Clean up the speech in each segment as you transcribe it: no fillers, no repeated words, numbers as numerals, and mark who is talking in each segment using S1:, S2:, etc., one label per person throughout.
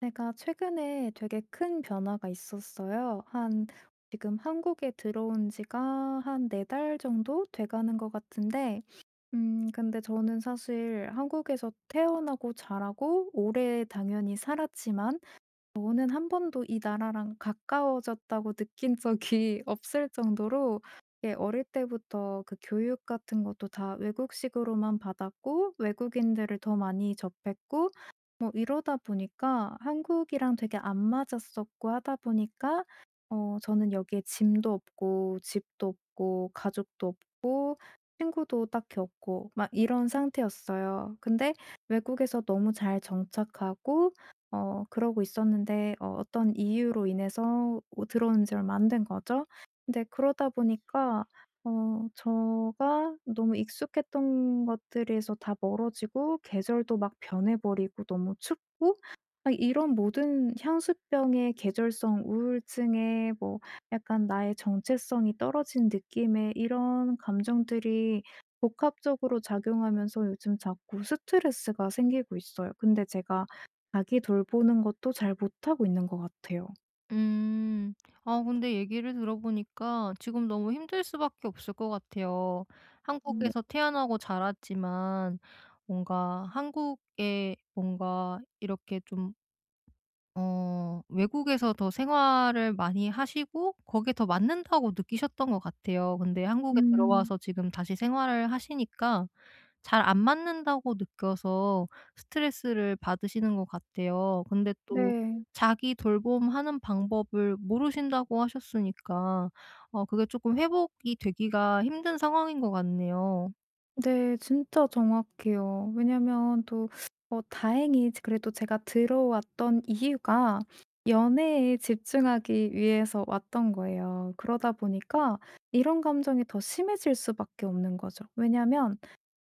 S1: 제가 최근에 되게 큰 변화가 있었어요. 한 지금 한국에 들어온 지가 한 4달 정도 돼가는 것 같은데, 근데 저는 사실 한국에서 태어나고 자라고 오래 당연히 살았지만, 저는 한 번도 이 나라랑 가까워졌다고 느낀 적이 없을 정도로, 예, 어릴 때부터 그 교육 같은 것도 다 외국식으로만 받았고 외국인들을 더 많이 접했고, 뭐 이러다 보니까 한국이랑 되게 안 맞았었고, 하다 보니까 저는 여기에 짐도 없고 집도 없고 가족도 없고 친구도 딱히 없고 막 이런 상태였어요. 근데 외국에서 너무 잘 정착하고 그러고 있었는데, 어떤 이유로 인해서 오 들어온 지 얼마 안 된 거죠. 근데 그러다 보니까 제가 너무 익숙했던 것들에서 다 멀어지고, 계절도 막 변해 버리고 너무 춥고, 막 이런 모든 향수병의, 계절성 우울증에, 뭐 약간 나의 정체성이 떨어진 느낌에, 이런 감정들이 복합적으로 작용하면서 요즘 자꾸 스트레스가 생기고 있어요. 근데 제가 아기 돌보는 것도 잘 못하고 있는 것 같아요.
S2: 음. 근데 얘기를 들어보니까 지금 너무 힘들 수밖에 없을 것 같아요.
S1: 음.
S2: 한국에서 태어나고 자랐지만 뭔가 한국에 뭔가 이렇게 좀 어 외국에서 더 생활을 많이 하시고 거기에 더 맞는다고 느끼셨던 것 같아요. 근데 한국에
S1: 음.
S2: 들어와서 지금 다시 생활을 하시니까 잘 안 맞는다고 느껴서 스트레스를 받으시는 것 같아요. 근데 또
S1: 네.
S2: 자기 돌봄하는 방법을 모르신다고 하셨으니까 그게 조금 회복이 되기가 힘든 상황인 것 같네요.
S1: 네, 진짜 정확해요. 왜냐면 또 다행히 지 그래도 제가 들어왔던 이유가 연애에 집중하기 위해서 왔던 거예요. 그러다 보니까 이런 감정이 더 심해질 수밖에 없는 거죠. 왜냐면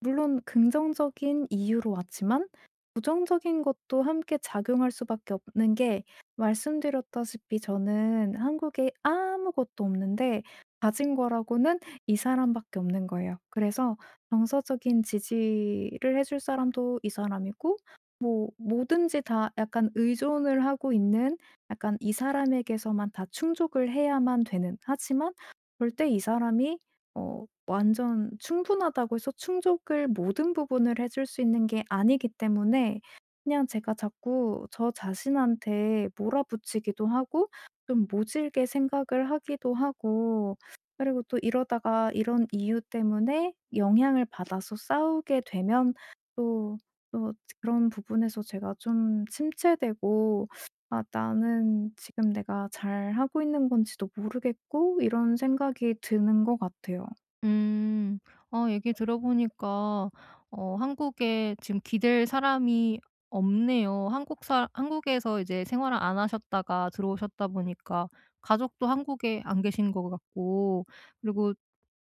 S1: 물론 긍정적인 이유로 왔지만 부정적인 것도 함께 작용할 수밖에 없는 게, 말씀드렸다시피 저는 한국에 아무것도 없는데, 가진 거라고는 이 사람밖에 없는 거예요. 그래서 정서적인 지지를 해줄 사람도 이 사람이고, 뭐든지 다 약간 의존을 하고 있는, 약간 이 사람에게서만 다 충족을 해야만 되는. 하지만 절대 이 사람이 완전 충분하다고 해서 충족을 모든 부분을 해줄 수 있는 게 아니기 때문에, 그냥 제가 자꾸 저 자신한테 몰아붙이기도 하고 좀 모질게 생각을 하기도 하고. 그리고 또 이러다가 이런 이유 때문에 영향을 받아서 싸우게 되면, 또 또 그런 부분에서 제가 좀 침체되고, '아, 나는 지금 내가 잘하고 있는 건지도 모르겠고.' 이런 생각이 드는 것 같아요.
S2: 음. 얘기 들어보니까 한국에 지금 기댈 사람이 없네요. 한국에서 이제 생활을 안 하셨다가 들어오셨다 보니까 가족도 한국에 안 계신 것 같고, 그리고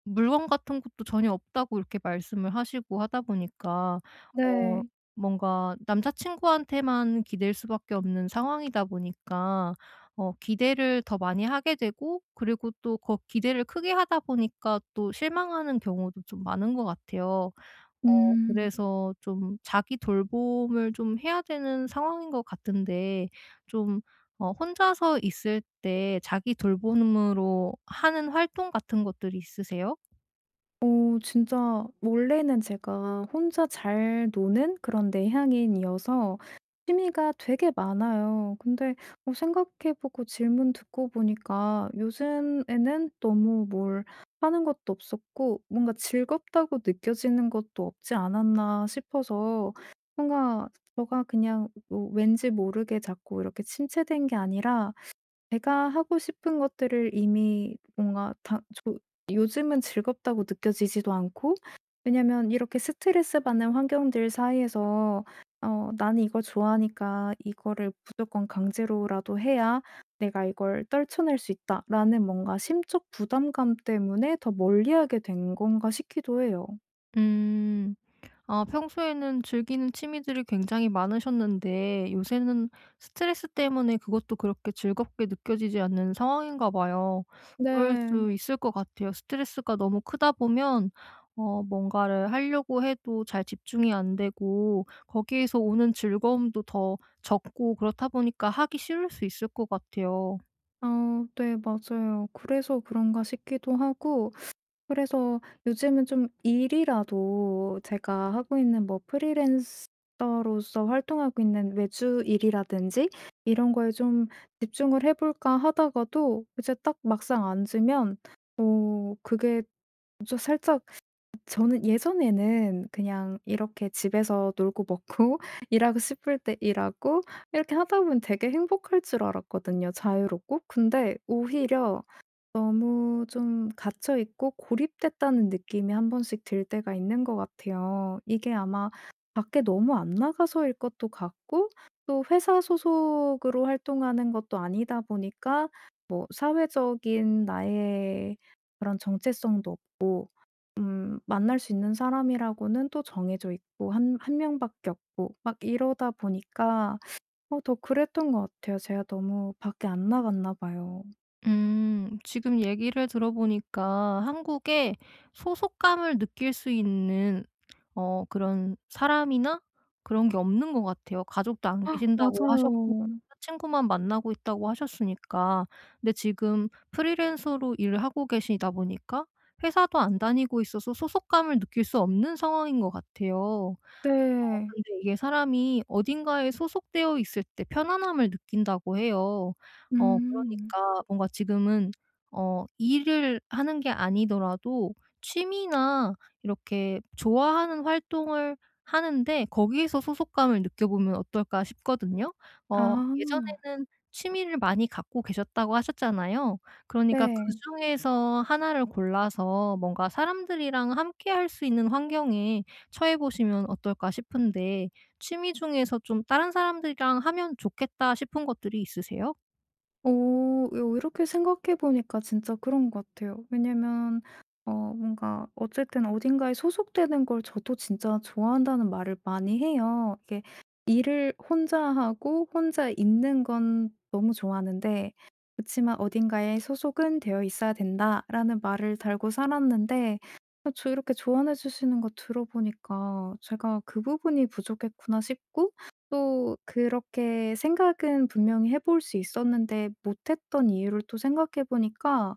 S2: 물건 같은 것도 전혀 없다고 이렇게 말씀을 하시고 하다 보니까 어
S1: 네.
S2: 뭔가 남자 친구한테만 기댈 수밖에 없는 상황이다 보니까 기대를 더 많이 하게 되고, 그리고 또 그 기대를 크게 하다 보니까 또 실망하는 경우도 좀 많은 것 같아요.
S1: 음.
S2: 그래서 좀 자기 돌봄을 좀 해야 되는 상황인 것 같은데, 좀 혼자서 있을 때 자기 돌봄으로 하는 활동 같은 것들이 있으세요?
S1: 진짜 원래는 제가 혼자 잘 노는 그런 내향인이어서 취미가 되게 많아요. 근데 생각해 보고 질문 듣고 보니까, 요즘에는 너무 뭘 하는 것도 없었고 뭔가 '즐겁다고 느껴지는 것도 없지 않았나.' 싶어서, 뭔가 제가 그냥 뭐 왠지 모르게 자꾸 이렇게 침체된 게 아니라 제가 하고 싶은 것들을 이미 뭔가 다 저, 요즘은 즐겁다고 느껴지지도 않고. 왜냐면 이렇게 스트레스 받는 환경들 사이에서 '나는 이걸 좋아하니까 이거를 무조건 강제로라도 해야 내가 이걸 떨쳐낼 수 있다.'라는 뭔가 심적 부담감 때문에 더 멀리하게 된 건가 싶기도 해요.
S2: 음. 평소에는 즐기는 취미들이 굉장히 많으셨는데 요새는 스트레스 때문에 그것도 그렇게 즐겁게 느껴지지 않는 상황인가 봐요. 그럴
S1: 네.
S2: 수 있을 것 같아요. 스트레스가 너무 크다 보면 뭔가를 하려고 해도 잘 집중이 안 되고, 거기에서 오는 즐거움도 더 적고, 그렇다 보니까 하기 싫을 수 있을 것 같아요.
S1: 어 네, 맞아요. 그래서 그런가 싶기도 하고, 그래서 요즘은 좀 일이라도, 제가 하고 있는 뭐 프리랜서로서 활동하고 있는 외주 일이라든지 이런 거에 좀 집중을 해 볼까 하다가도, 이제 딱 막상 앉으면 그게 저 살짝, 저는 예전에는 그냥 이렇게 집에서 놀고 먹고 일하고 싶을 때 일하고 이렇게 하다 보면 되게 행복할 줄 알았거든요, 자유롭고. 근데 오히려 너무 좀 갇혀 있고 고립됐다는 느낌이 한 번씩 들 때가 있는 것 같아요. 이게 아마 밖에 너무 안 나가서일 것도 같고, 또 회사 소속으로 활동하는 것도 아니다 보니까 뭐 사회적인 나의 그런 정체성도 없고, 만날 수 있는 사람이라고는 또 정해져 있고 한 한 명밖에 없고 막 이러다 보니까 더 그랬던 것 같아요. 제가 너무 밖에 안 나갔나 봐요.
S2: 음. 지금 얘기를 들어보니까 한국에 소속감을 느낄 수 있는 그런 사람이나 그런 게 없는 것 같아요. 가족도 안 계신다고 하셨고
S1: 맞아요.
S2: 친구만 만나고 있다고 하셨으니까. 근데 지금 프리랜서로 일을 하고 계시다 보니까 회사도 안 다니고 있어서 소속감을 느낄 수 없는 상황인 것 같아요.
S1: 네.
S2: 근데 이게 사람이 어딘가에 소속되어 있을 때 편안함을 느낀다고 해요.
S1: 음.
S2: 그러니까 뭔가 지금은 일을 하는 게 아니더라도 취미나 이렇게 좋아하는 활동을 하는데 거기에서 소속감을 느껴보면 어떨까 싶거든요.
S1: 아,
S2: 예전에는 취미를 많이 갖고 계셨다고 하셨잖아요. 그러니까
S1: 네.
S2: 그중에서 하나를 골라서 뭔가 사람들이랑 함께 할 수 있는 환경에 처해 보시면 어떨까 싶은데 취미 중에서 좀 '다른 사람들이랑 하면 좋겠다.' 싶은 것들이 있으세요?
S1: 오, 요 이렇게 생각해 보니까 진짜 그런 것 같아요. 왜냐면 뭔가 어쨌든 어딘가에 소속되는 걸 저도 진짜 좋아한다는 말을 많이 해요. 이게 일을 혼자 하고 혼자 있는 건 너무 좋아하는데, 그치만 "어딘가에 소속은 되어 있어야 된다."라는 말을 달고 살았는데, 저 이렇게 조언해 주시는 거 들어 보니까 제가 '그 부분이 부족했구나.' 싶고, 또 그렇게 생각은 분명히 해볼 수 있었는데 못 했던 이유를 또 생각해 보니까,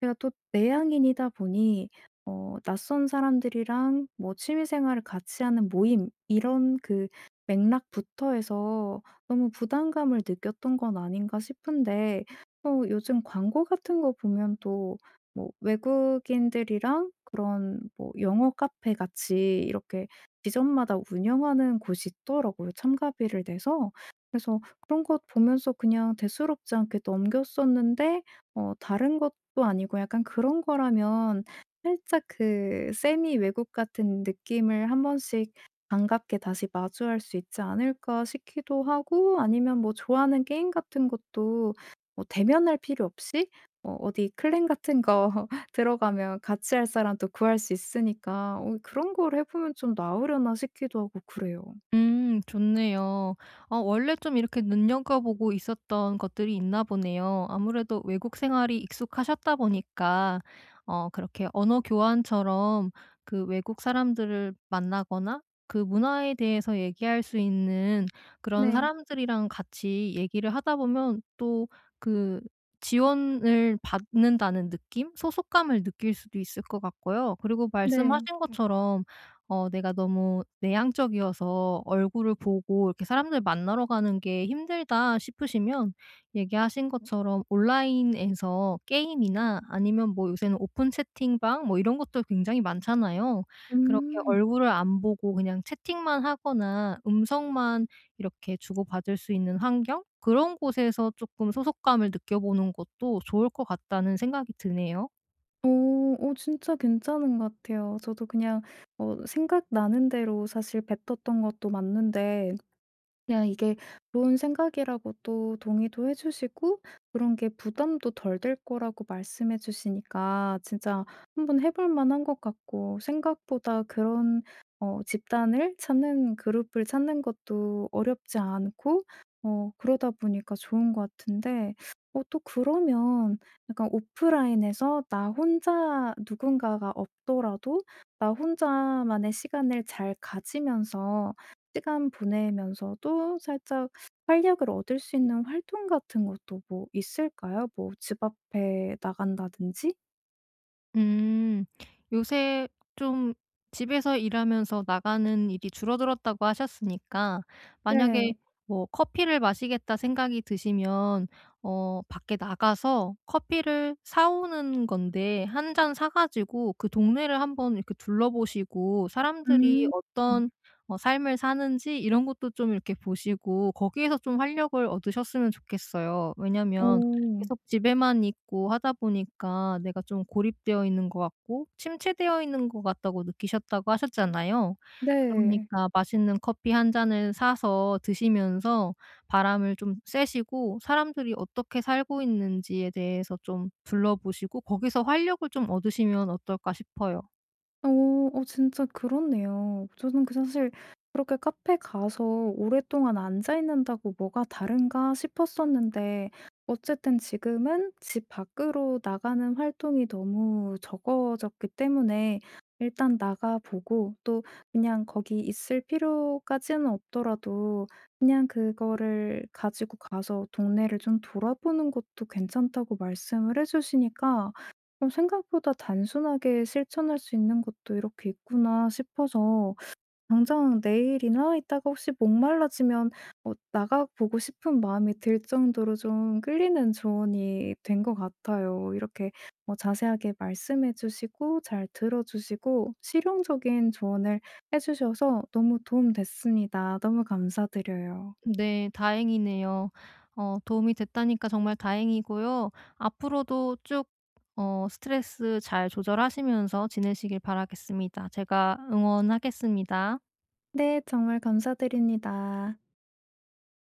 S1: 제가 또 내향인이다 보니 낯선 사람들이랑 뭐 취미 생활을 같이 하는 모임 이런 그 맥락부터 해서 '너무 부담감을 느꼈던 건 아닌가?' 싶은데, 요즘 광고 같은 거 보면 또 뭐 외국인들이랑 그런 뭐 영어 카페 같이 이렇게 지점마다 운영하는 곳이 있더라고요, 참가비를 내서. 그래서 그런 것 보면서 그냥 대수롭지 않게 넘겼었는데, 다른 것도 아니고 약간 그런 거라면 살짝 그 세미 외국 같은 느낌을 한 번씩 반갑게 다시 마주할 수 있지 않을까 싶기도 하고, 아니면 뭐 좋아하는 게임 같은 것도 뭐 대면할 필요 없이 어디 클랜 같은 거 들어가면 같이 할 사람도 구할 수 있으니까, 그런 걸 해 보면 좀 나으려나 싶기도 하고 그래요.
S2: 음, 좋네요. 원래 좀 이렇게 눈여겨보고 있었던 것들이 있나 보네요. 아무래도 외국 생활이 익숙하셨다 보니까 그렇게 언어 교환처럼 그 외국 사람들을 만나거나 그 문화에 대해서 얘기할 수 있는 그런
S1: 네.
S2: 사람들이랑 같이 얘기를 하다 보면 또 그 지원을 받는다는 느낌? 소속감을 느낄 수도 있을 것 같고요. 그리고
S1: 네.
S2: 말씀하신 것처럼 내가 너무 내향적이어서 얼굴을 보고 이렇게 사람들 만나러 가는 게 힘들다 싶으시면, 얘기하신 것처럼 온라인에서 게임이나 아니면 뭐 요새는 오픈 채팅방 뭐 이런 것도 굉장히 많잖아요. 그렇게
S1: 음.
S2: 얼굴을 안 보고 그냥 채팅만 하거나 음성만 이렇게 주고받을 수 있는 환경? 그런 곳에서 조금 소속감을 느껴보는 것도 좋을 것 같다는 생각이 드네요.
S1: 어. 진짜 괜찮은 것 같아요. 저도 그냥 생각나는 대로 사실 뱉었던 것도 맞는데, 그냥 이게 좋은 생각이라고 또 동의도 해 주시고 그런 게 부담도 덜 될 거라고 말씀해 주시니까 진짜 한번 해볼 만한 것 같고, 생각보다 그런 집단을 찾는 그룹을 찾는 것도 어렵지 않고, 그러다 보니까 좋은 것 같은데, 또 그러면, 약간 오프라인에서 나 혼자 누군가가 없더라도 나 혼자만의 시간을 잘 가지면서 시간 보내면서도 살짝 활력을 얻을 수 있는 활동 같은 것도 뭐 있을까요? 뭐 집 앞에 나간다든지?
S2: 음. 요새 좀 집에서 일하면서 나가는 일이 줄어들었다고 하셨으니까 만약에
S1: 네.
S2: 뭐 '커피를 마시겠다.' 생각이 드시면 밖에 나가서 커피를 사 오는 건데 한 잔 사 가지고 그 동네를 한번 이렇게 둘러보시고 사람들이
S1: 음.
S2: 어떤 삶을 사는지 이런 것도 좀 이렇게 보시고 거기에서 좀 활력을 얻으셨으면 좋겠어요. 왜냐면
S1: 오.
S2: 계속 집에만 있고 하다 보니까 내가 좀 고립되어 있는 것 같고 침체되어 있는 것 같다고 느끼셨다고 하셨잖아요.
S1: 네.
S2: 그러니까 맛있는 커피 한 잔을 사서 드시면서 바람을 좀 쐬시고 사람들이 어떻게 살고 있는지에 대해서 좀 둘러보시고 거기서 활력을 좀 얻으시면 어떨까 싶어요.
S1: 어, 진짜 그렇네요. 저는 그 사실 그렇게 카페 가서 오랫동안 앉아 있는다고 뭐가 다른가 싶었었는데, 어쨌든 지금은 집 밖으로 나가는 활동이 너무 적어졌기 때문에 일단 나가 보고, 또 그냥 거기 있을 필요까지는 없더라도 그냥 그거를 가지고 가서 동네를 좀 돌아보는 것도 괜찮다고 말씀을 해주시니까, 그럼 생각보다 단순하게 실천할 수 있는 것도 이렇게 있구나 싶어서, 당장 내일이나 이따가 혹시 목말라지면 나가 보고 싶은 마음이 들 정도로 좀 끌리는 조언이 된 것 같아요. 이렇게 자세하게 말씀해 주시고 잘 들어 주시고 실용적인 조언을 해 주셔서 너무 도움 됐습니다. 너무 감사드려요.
S2: 네. 다행이네요. 도움이 됐다니까 정말 다행이고요. 앞으로도 쭉 스트레스 잘 조절하시면서 지내시길 바라겠습니다. 제가 응원하겠습니다.
S1: 네. 정말 감사드립니다.